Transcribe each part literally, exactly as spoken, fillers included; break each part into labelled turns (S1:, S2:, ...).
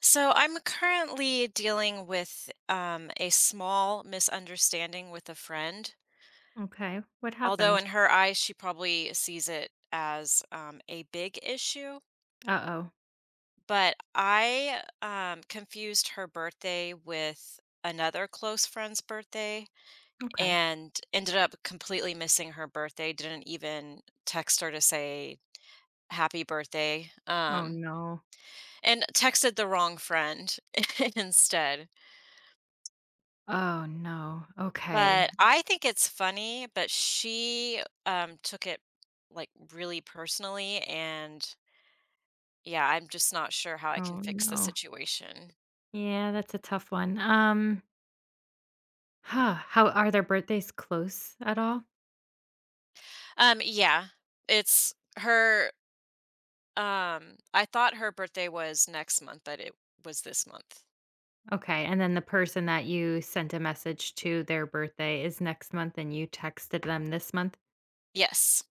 S1: So I'm currently dealing with um, a small misunderstanding with a friend.
S2: Okay. What
S1: Although in
S2: happened?
S1: her eyes, she probably sees it as um, a big issue.
S2: Uh-oh.
S1: But I um, confused her birthday with another close friend's birthday
S2: Okay.
S1: and ended up completely missing her birthday. Didn't even text her to say happy birthday
S2: Oh,
S1: um,
S2: no.
S1: and texted the wrong friend instead.
S2: Oh, no.
S1: But
S2: Okay.
S1: I think it's funny, but she, um, took it, like, really personally, and yeah, I'm just not sure how I can
S2: Oh,
S1: fix the
S2: no.
S1: situation.
S2: Yeah, that's a tough one. Um, huh, how are their birthdays close at all?
S1: Um, yeah, it's her, um I thought her birthday was next month, but it was this month.
S2: Okay. And then the person that you sent a message to, their birthday is next month and you texted them this month?
S1: Yes.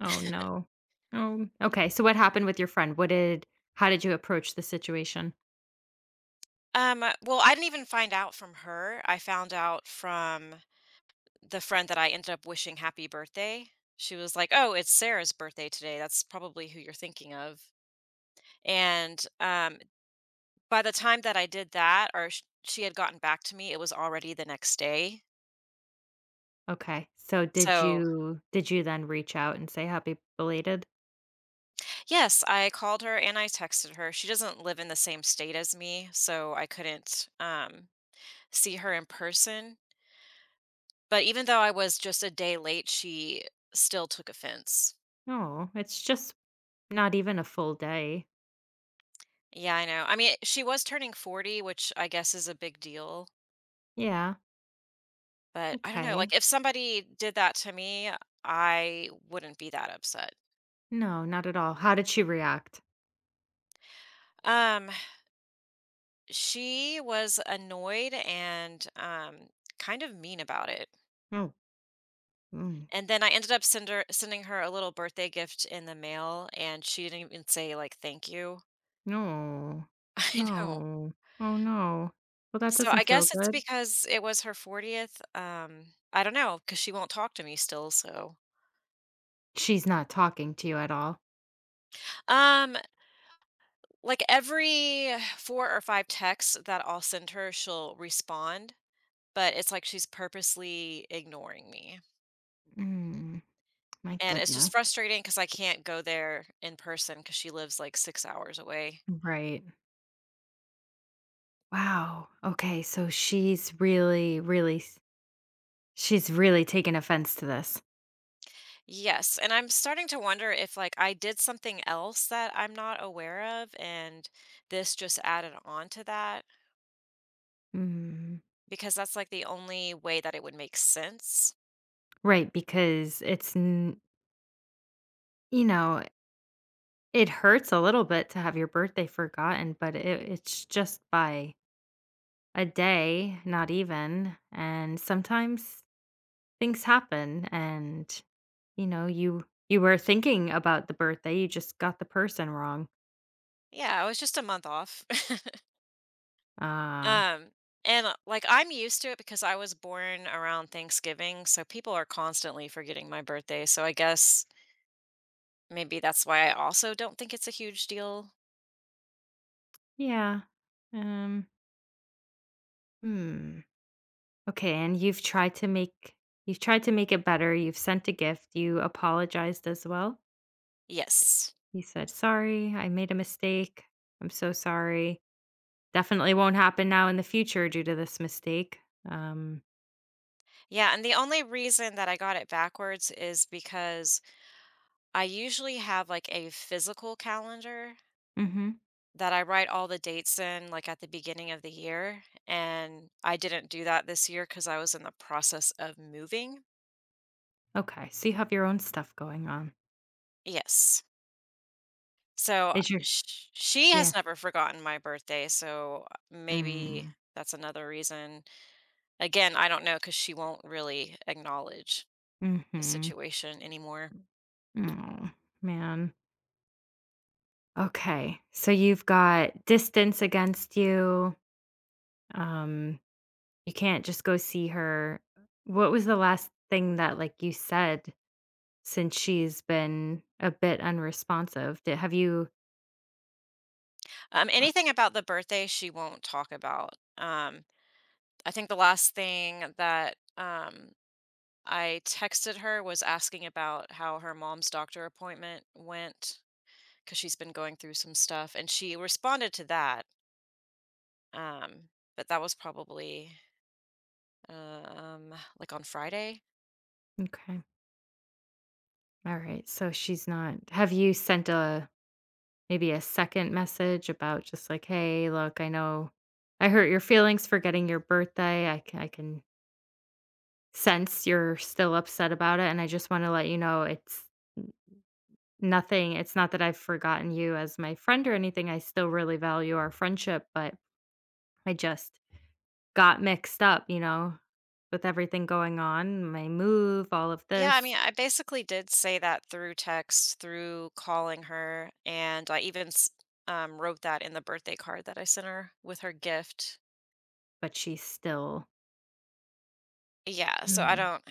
S2: Oh, no. Oh, okay. So what happened with your friend? What did how did you approach the situation?
S1: Um, uh, well, I didn't even find out from her. I found out from the friend that I ended up wishing happy birthday. She was like, "Oh, it's Sarah's birthday today. That's probably who you're thinking of." And, um By the time that I did that or sh she had gotten back to me, it was already the next day.
S2: Okay. So did
S1: So,
S2: you did you then reach out and say happy belated?
S1: yes, I called her and I texted her. She doesn't live in the same state as me, so I couldn't, um, see her in person, but even though I was just a day late, she still took offense.
S2: No, it's just, not even a full day.
S1: Yeah, I know. I mean, she was turning forty, which I guess is a big deal,
S2: Yeah,
S1: but I don't know, like,
S2: okay.
S1: if somebody did that to me, I wouldn't be that upset.
S2: No, not at all. How did she react?
S1: Um She was annoyed and, um, kind of mean about it,
S2: Oh, mm,
S1: and then I ended up send her sending her a little birthday gift in the mail, and she didn't even say, like, "Thank you."
S2: no.
S1: I know.
S2: No. Oh, no. Well, that
S1: So,
S2: doesn't
S1: I
S2: feel
S1: guess it's
S2: good.
S1: because it was her fortieth, um, I don't know, know because she won't talk to me still, so
S2: She's not talking to you at all.
S1: um, like, every four or five texts that I'll send her, she'll respond, but it's like she's purposely ignoring me.
S2: Mm, my
S1: And it's just
S2: goodness.
S1: frustrating because I can't go there in person because she lives, like, six hours away.
S2: Right. Wow. Okay, so she's really, really s she's really taken offense to this.
S1: Yes, and I'm starting to wonder if, like, I did something else that I'm not aware of, and this just added on to that
S2: Mm.
S1: because that's, like, the only way that it would make sense.
S2: Right, because it's n you know, it hurts a little bit to have your birthday forgotten, but it it's just by a day, not even, and sometimes things happen and, you know, you you were thinking about the birthday, you just got the person wrong.
S1: Yeah, I was just a month off.
S2: Uh,
S1: Um, and, uh, like, I'm used to it because I was born around Thanksgiving, so people are constantly forgetting my birthday, so I guess maybe that's why I also don't think it's a huge deal.
S2: yeah. Um, hmm. Okay, and you've tried to make you've tried to make it better, you've sent a gift, you apologized as well?
S1: Yes.
S2: You said, "Sorry, I made a mistake. I'm so sorry. Definitely won't happen now in the future due to this mistake." Um,
S1: Yeah, and the only reason that I got it backwards is because I usually have like a physical calendar
S2: mhm.
S1: that I write all the dates in like at the beginning of the year, and I didn't do that this year cuz I was in the process of moving.
S2: Okay, so you have your own stuff going on.
S1: Yes. So uh,
S2: Is your
S1: sh- she
S2: yeah.
S1: has never forgotten my birthday, so maybe
S2: Mm,
S1: that's another reason. Again, I don't know cuz she won't really acknowledge the
S2: mhm.
S1: situation anymore.
S2: Aw, man. Okay, so you've got distance against you, um, you can't just go see her. What was the last thing that, like, you said, since she's been a bit unresponsive? Did have you
S1: Um,
S2: uh,
S1: anything about the birthday she won't talk about. Um, I think the last thing that um, I texted her was asking about how her mom's doctor appointment went because she's been going through some stuff, and she responded to that. Um, but that was probably Um, like on Friday?
S2: okay, alright, so she's not, have you sent a maybe a second message about just like, "Hey, look, I know I hurt your feelings for getting your birthday. I can, I can since you're still upset about it, and I just wanna let you know it's nothing, it's not that I've forgotten you as my friend or anything, I still really value our friendship, but I just got mixed up, you know, with everything going on, my move, all of
S1: Yeah, I mean,
S2: this,"
S1: I basically did say that through text, through calling her, and I even s- um, wrote that in the birthday card that I sent her with her gift.
S2: but she's still,
S1: Yeah, so I
S2: hmm.
S1: don't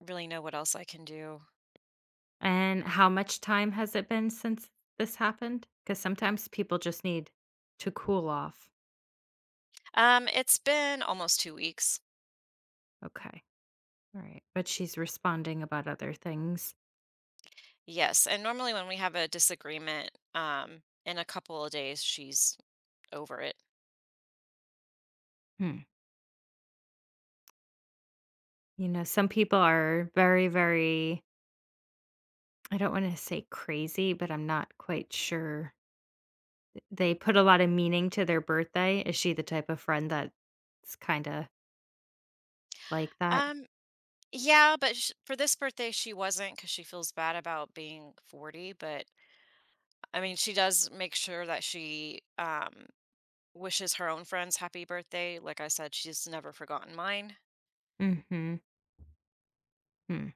S1: really know what else I can do.
S2: And how much time has it been since this happened? Because sometimes people just need to cool off.
S1: Um, it's been almost two weeks.
S2: Okay. Alright. But she's responding about other things.
S1: Yes, and normally when we have a disagreement, um, in a couple of days she's over it.
S2: Hmm. You know, some people are very, very, I don't wanna say crazy, but I'm not quite sure. They put a lot of meaning to their birthday. Is she the type of friend that's kinda like that?
S1: Um, yeah, but sh- for this birthday she wasn't because she feels bad about being forty. But I mean, she does make sure that she um wishes her own friends happy birthday. Like I said, she's never forgotten mine.
S2: Mhm, hmm,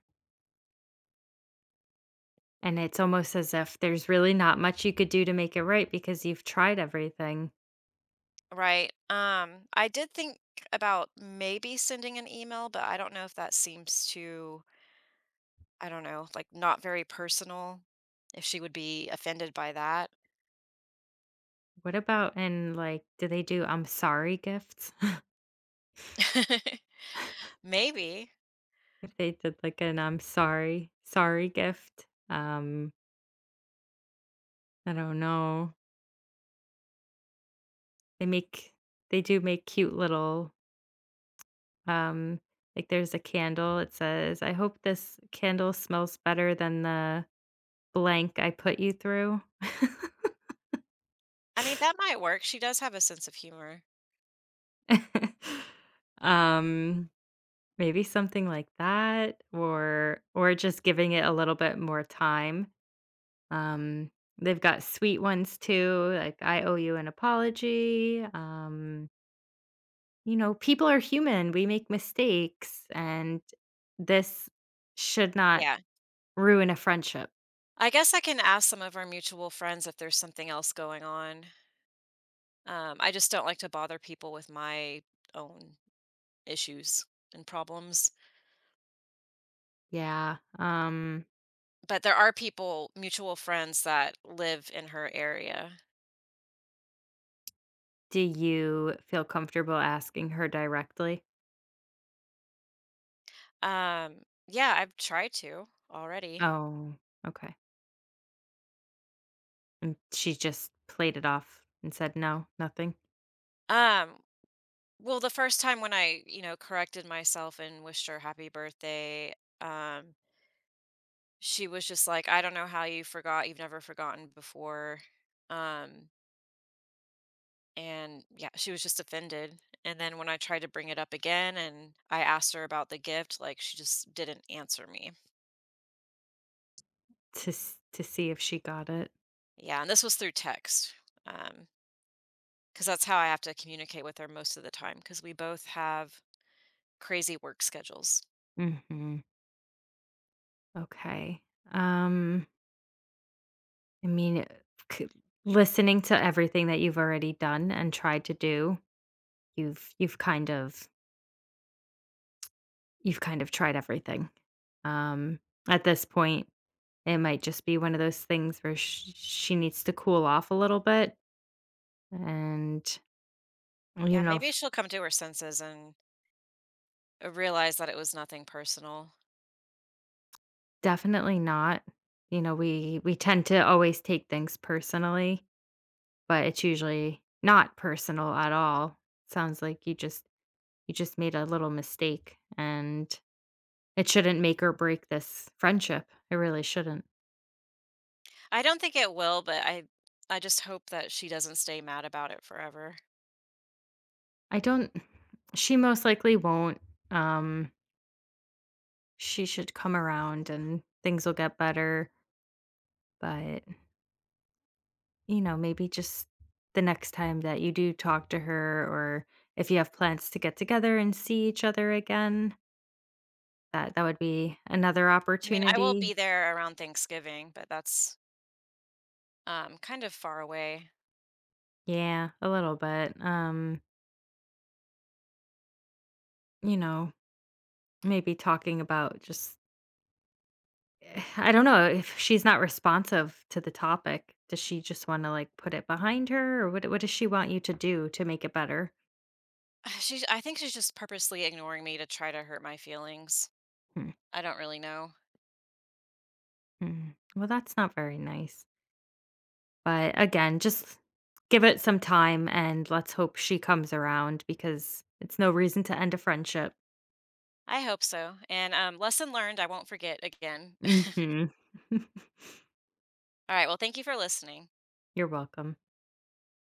S2: and it's almost as if there's really not much you could do to make it right because you've tried everything.
S1: Right. Um, I did think about maybe sending an email, but I don't know if that seems too, I don't know, like not very personal, if she would be offended by that.
S2: What about, and, like, do they do I'm sorry gifts?
S1: Maybe.
S2: If they did, like, an I'm sorry sorry gift? Um, I don't know. They make they do make cute little, Um, like there's a candle. It says, "I hope this candle smells better than the blank I put you through."
S1: I mean, that might work. She does have a sense of humor.
S2: um, maybe something like that or or just giving it a little bit more time. Um, they've got sweet ones too, like "I owe you an apology." Um, you know, people are human. We make mistakes and this should not
S1: Yeah.
S2: ruin a friendship.
S1: I guess I can ask some of our mutual friends if there's something else going on. Um, I just don't like to bother people with my own issues and problems.
S2: Yeah. Um
S1: But there are people, mutual friends that live in her area.
S2: Do you feel comfortable asking her directly?
S1: Um, yeah, I've tried to already.
S2: Oh, okay. And she just played it off and said, "No, nothing,"
S1: Um, well, the first time when I, you know, corrected myself and wished her happy birthday, um, she was just like, I don't know how you forgot. You've never forgotten before. Um, and yeah, she was just offended. And then when I tried to bring it up again and I asked her about the gift, like she just didn't answer me.
S2: to s to see if she got it?
S1: Yeah, and this was through text. Um, 'Cause that's how I have to communicate with her most of the time. Because we both have crazy work schedules.
S2: Mhm. Okay. Um, I mean, uh, c listening to everything that you've already done and tried to do, you've you've kind of you've kind of tried everything. Um, at this point, it might just be one of those things where sh she needs to cool off a little bit and, you
S1: Yeah,
S2: know.
S1: maybe she'll come to her senses and, uh, realize that it was nothing personal.
S2: Definitely not. You know, we we tend to always take things personally, but it's usually not personal at all. Sounds like you just you just made a little mistake and it shouldn't make or break this friendship. It really shouldn't.
S1: I don't think it will, but I I just hope that she doesn't stay mad about it forever.
S2: I don't, she most likely won't. Um she should come around and things will get better, but you know, maybe just the next time that you do talk to her or if you have plans to get together and see each other again, that that would be another
S1: I mean, I will be
S2: opportunity.
S1: there around Thanksgiving, but that's, um, kind of far away.
S2: Yeah, a little bit. Um, you know, maybe talking about just I don't know if she's not responsive to the topic. Does she just want to like put it behind her or what what does she want you to do to make it better?
S1: She, I think she's just purposely ignoring me to try to hurt my feelings.
S2: Hmm,
S1: I don't really know.
S2: hmm. Well, that's not very nice. But again, just give it some time and let's hope she comes around because it's no reason to end a friendship.
S1: I hope so, and, um, lesson learned, I won't forget again.
S2: Mhm.
S1: Alright, well, thank you for listening.
S2: You're welcome.